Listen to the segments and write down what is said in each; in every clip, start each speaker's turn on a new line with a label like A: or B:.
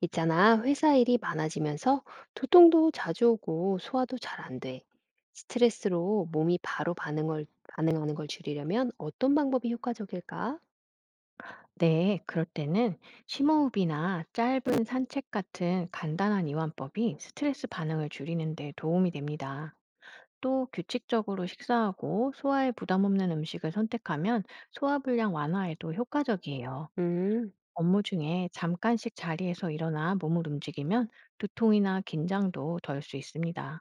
A: 있잖아, 회사 일이 많아지면서 두통도 자주 오고 소화도 잘 안 돼. 스트레스로 몸이 바로 반응하는 걸 줄이려면 어떤 방법이 효과적일까?
B: 네, 그럴 때는 심호흡이나 짧은 산책 같은 간단한 이완법이 스트레스 반응을 줄이는 데 도움이 됩니다. 또 규칙적으로 식사하고 소화에 부담 없는 음식을 선택하면 소화불량 완화에도 효과적이에요.
A: 음,
B: 업무 중에 잠깐씩 자리에서 일어나 몸을 움직이면 두통이나 긴장도 덜 수 있습니다.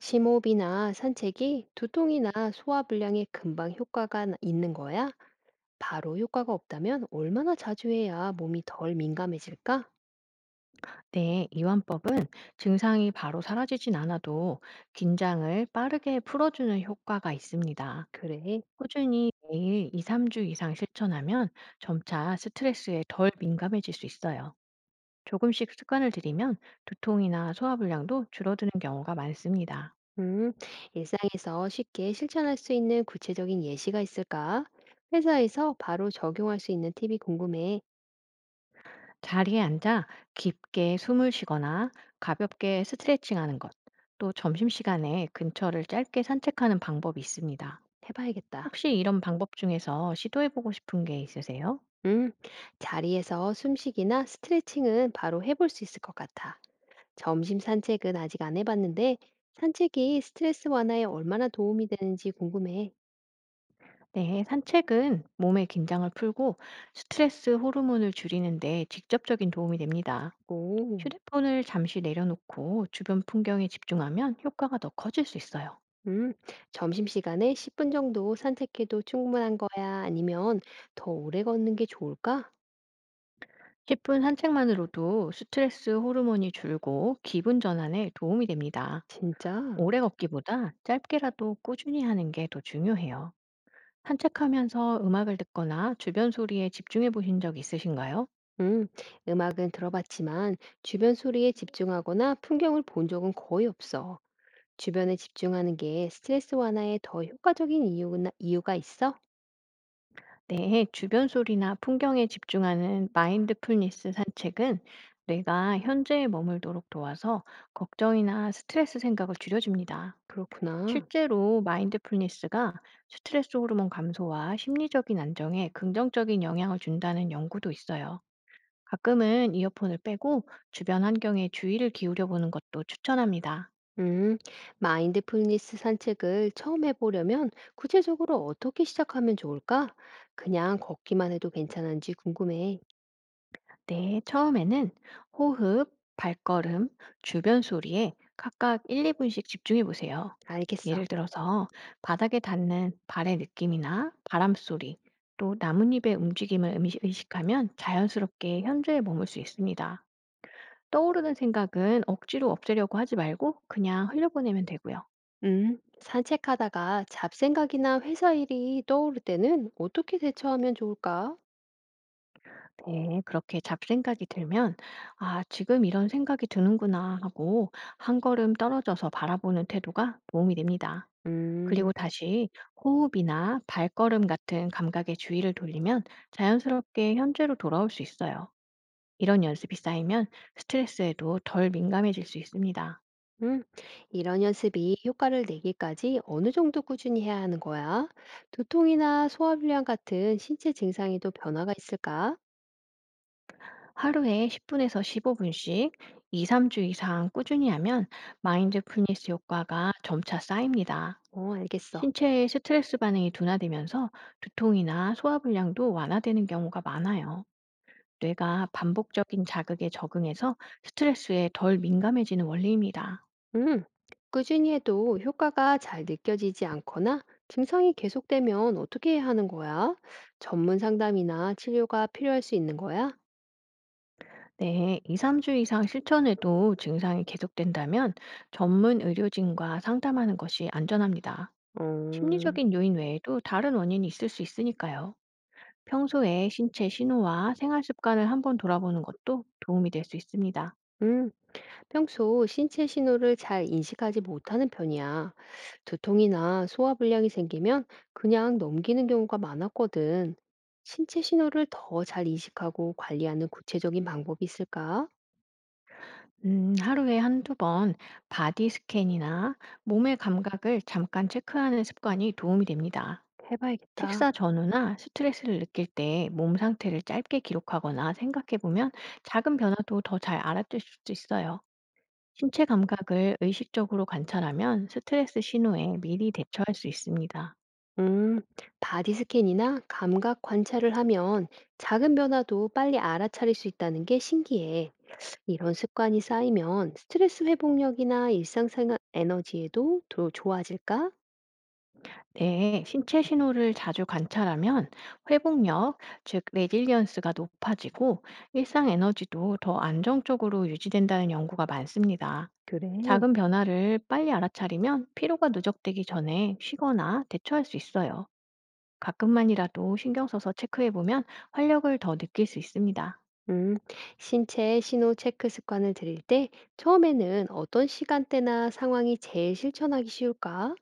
A: 심호흡이나 산책이 두통이나 소화 불량에 금방 있는 거야? 바로 효과가 없다면 얼마나 자주 해야 몸이 덜 민감해질까?
B: 네, 이완법은 증상이 바로 사라지진 않아도 긴장을 빠르게 풀어주는 효과가 있습니다.
A: 그래.
B: 꾸준히 매일 2-3주 이상 실천하면 점차 스트레스에 덜 민감해질 수 있어요. 조금씩 습관을 들이면 두통이나 소화불량도 줄어드는 경우가 많습니다.
A: 음, 일상에서 쉽게 실천할 수 있는 구체적인 예시가 있을까? 회사에서 바로 적용할 수 있는 팁이 궁금해.
B: 자리에 앉아 깊게 숨을 쉬거나 가볍게 스트레칭하는 것, 또 점심시간에 근처를 짧게 산책하는 방법이 있습니다.
A: 해봐야겠다.
B: 혹시 이런 방법 중에서 시도해보고 싶은 게 있으세요?
A: 음, 자리에서 숨쉬기나 스트레칭은 바로 해볼 수 있을 것 같아. 점심 산책은 아직 안 해봤는데, 산책이 스트레스 완화에 얼마나 도움이 되는지 궁금해.
B: 네, 산책은 몸의 긴장을 풀고 스트레스 호르몬을 줄이는 데 직접적인 도움이 됩니다.
A: 오.
B: 휴대폰을 잠시 내려놓고 주변 풍경에 집중하면 효과가 더 커질 수 있어요.
A: 음, 점심시간에 10분 정도 산책해도 충분한 거야? 아니면 더 오래 걷는 게 좋을까?
B: 10분 산책만으로도 스트레스 호르몬이 줄고 기분 전환에 도움이 됩니다.
A: 진짜?
B: 오래 걷기보다 짧게라도 꾸준히 하는 게 더 중요해요. 산책하면서 음악을 듣거나 주변 소리에 집중해 보신 적 있으신가요?
A: 음, 음악은 들어봤지만 주변 소리에 집중하거나 풍경을 본 적은 거의 없어. 주변에 집중하는 게 스트레스 완화에 더 효과적인 이유나 이유가 있어?
B: 네, 주변 소리나 풍경에 집중하는 마인드풀니스 산책은 뇌가 현재에 머물도록 도와서 걱정이나 스트레스 생각을 줄여줍니다.
A: 그렇구나.
B: 실제로 마인드풀니스가 스트레스 호르몬 감소와 심리적인 안정에 긍정적인 영향을 준다는 연구도 있어요. 가끔은 이어폰을 빼고 주변 환경에 주의를 기울여 보는 것도 추천합니다.
A: 음, 마인드풀니스 산책을 처음 해보려면 구체적으로 어떻게 시작하면 좋을까? 그냥 걷기만 해도 괜찮은지 궁금해.
B: 네, 처음에는 호흡, 발걸음, 주변 소리에 각각 1, 2분씩 집중해 보세요.
A: 알겠어.
B: 예를 들어서 바닥에 닿는 발의 느낌이나 바람 소리, 또 나뭇잎의 움직임을 의식하면 자연스럽게 현재에 머물 수 있습니다. 떠오르는 생각은 억지로 없애려고 하지 말고 그냥 흘려보내면 되고요.
A: 산책하다가 잡생각이나 회사 일이 떠오를 때는 어떻게 대처하면 좋을까?
B: 네, 그렇게 잡생각이 들면 '아 지금 이런 생각이 드는구나.' 하고 한 걸음 떨어져서 바라보는 태도가 도움이 됩니다.
A: 음.
B: 그리고 다시 호흡이나 발걸음 같은 감각에 주의를 돌리면 자연스럽게 현재로 돌아올 수 있어요. 이런 연습이 쌓이면 스트레스에도 덜 민감해질 수 있습니다.
A: 음, 이런 연습이 효과를 내기까지 어느 정도 꾸준히 해야 하는 거야? 두통이나 소화불량 같은 신체 증상에도 변화가 있을까?
B: 하루에 10분에서 15분씩 2~3주 이상 꾸준히 하면 마인드풀니스 효과가 점차 쌓입니다.
A: 어, 알겠어.
B: 신체의 스트레스 반응이 둔화되면서 두통이나 소화불량도 완화되는 경우가 많아요. 뇌가 반복적인 자극에 적응해서 스트레스에 덜 민감해지는 원리입니다.
A: 음, 꾸준히 해도 효과가 잘 느껴지지 않거나 증상이 계속되면 어떻게 해야 하는 거야? 전문 상담이나 치료가 필요할 수 있는 거야?
B: 네, 2~3주 이상 실천해도 증상이 계속된다면 전문 의료진과 상담하는 것이 안전합니다.
A: 어.
B: 심리적인 요인 외에도 다른 원인이 있을 수 있으니까요. 평소에 신체 신호와 생활 습관을 한번 돌아보는 것도 도움이 될 수 있습니다.
A: 음. 평소 신체 신호를 잘 인식하지 못하는 편이야. 두통이나 소화불량이 생기면 그냥 넘기는 경우가 많았거든. 신체 신호를 더 잘 인식하고 관리하는 구체적인 방법이 있을까?
B: 하루에 한두 번 바디 스캔이나 몸의 감각을 잠깐 체크하는 습관이 도움이 됩니다.
A: 해봐야겠다.
B: 식사 전후나 스트레스를 느낄 때 몸 상태를 짧게 기록하거나 생각해 보면 작은 변화도 더 잘 알아챌 수 있어요. 신체 감각을 의식적으로 관찰하면 스트레스 신호에 미리 대처할 수 있습니다.
A: 음, 바디 스캔이나 감각 관찰을 하면 작은 변화도 빨리 알아차릴 수 있다는 게 신기해. 이런 습관이 쌓이면 스트레스 회복력이나 일상생활 에너지에도 더 좋아질까?
B: 네, 신체 신호를 자주 관찰하면 회복력, 즉 레질리언스가 높아지고 일상 에너지도 더 안정적으로 유지된다는 연구가 많습니다.
A: 그래.
B: 작은 변화를 빨리 알아차리면 피로가 누적되기 전에 쉬거나 대처할 수 있어요. 가끔만이라도 신경 써서 체크해 보면 활력을 더 느낄 수 있습니다.
A: 음, 신체 신호 체크 습관을 들일 때 처음에는 어떤 시간대나 상황이 제일 실천하기 쉬울까?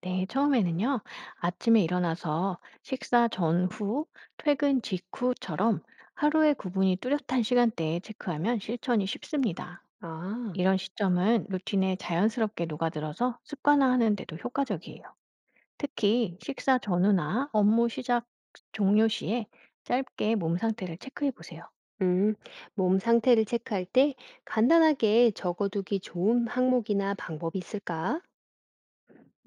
B: 네, 처음에는요, 아침에 일어나서 식사 전후, 퇴근 직후처럼 하루의 구분이 뚜렷한 시간대에 체크하면 실천이 쉽습니다.
A: 아.
B: 이런 시점은 루틴에 자연스럽게 녹아들어서 습관화하는 데도 효과적이에요. 특히 식사 전후나 업무 시작 종료 시에 짧게 몸 상태를 체크해 보세요.
A: 음, 몸 상태를 체크할 때 간단하게 적어두기 좋은 항목이나 방법이 있을까?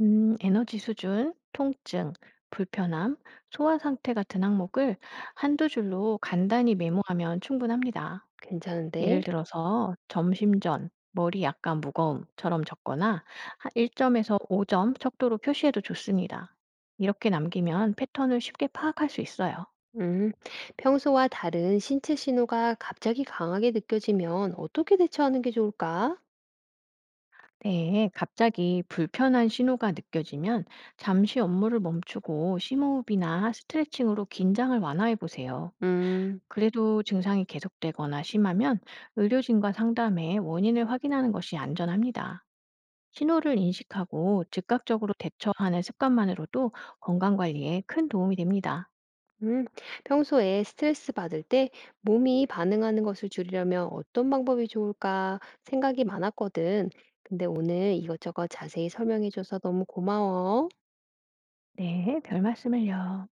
B: 에너지 수준, 통증, 불편함, 소화 상태 같은 항목을 한두 줄로 간단히 메모하면 충분합니다. 예를
A: 괜찮은데?
B: 들어서 "점심 전 머리 약간 무거움."처럼 적거나 한 1 점에서 5점 척도로 표시해도 좋습니다. 이렇게 남기면 패턴을 쉽게 파악할 수 있어요.
A: 음, 평소와 다른 신체 신호가 갑자기 강하게 느껴지면 어떻게 대처하는 게 좋을까?
B: 네. 갑자기 불편한 신호가 느껴지면 잠시 업무를 멈추고 심호흡이나 스트레칭으로 긴장을 완화해 보세요.
A: 음.
B: 그래도 증상이 계속되거나 심하면 의료진과 상담해 원인을 확인하는 것이 안전합니다. 신호를 인식하고 즉각적으로 대처하는 습관만으로도 건강 관리에 큰 도움이 됩니다.
A: 음, 평소에 스트레스 받을 때 몸이 반응하는 것을 줄이려면 어떤 방법이 좋을까 생각이 많았거든. 근데 오늘 이것저것 자세히 설명해줘서 너무 고마워.
B: 네, 별 말씀을요.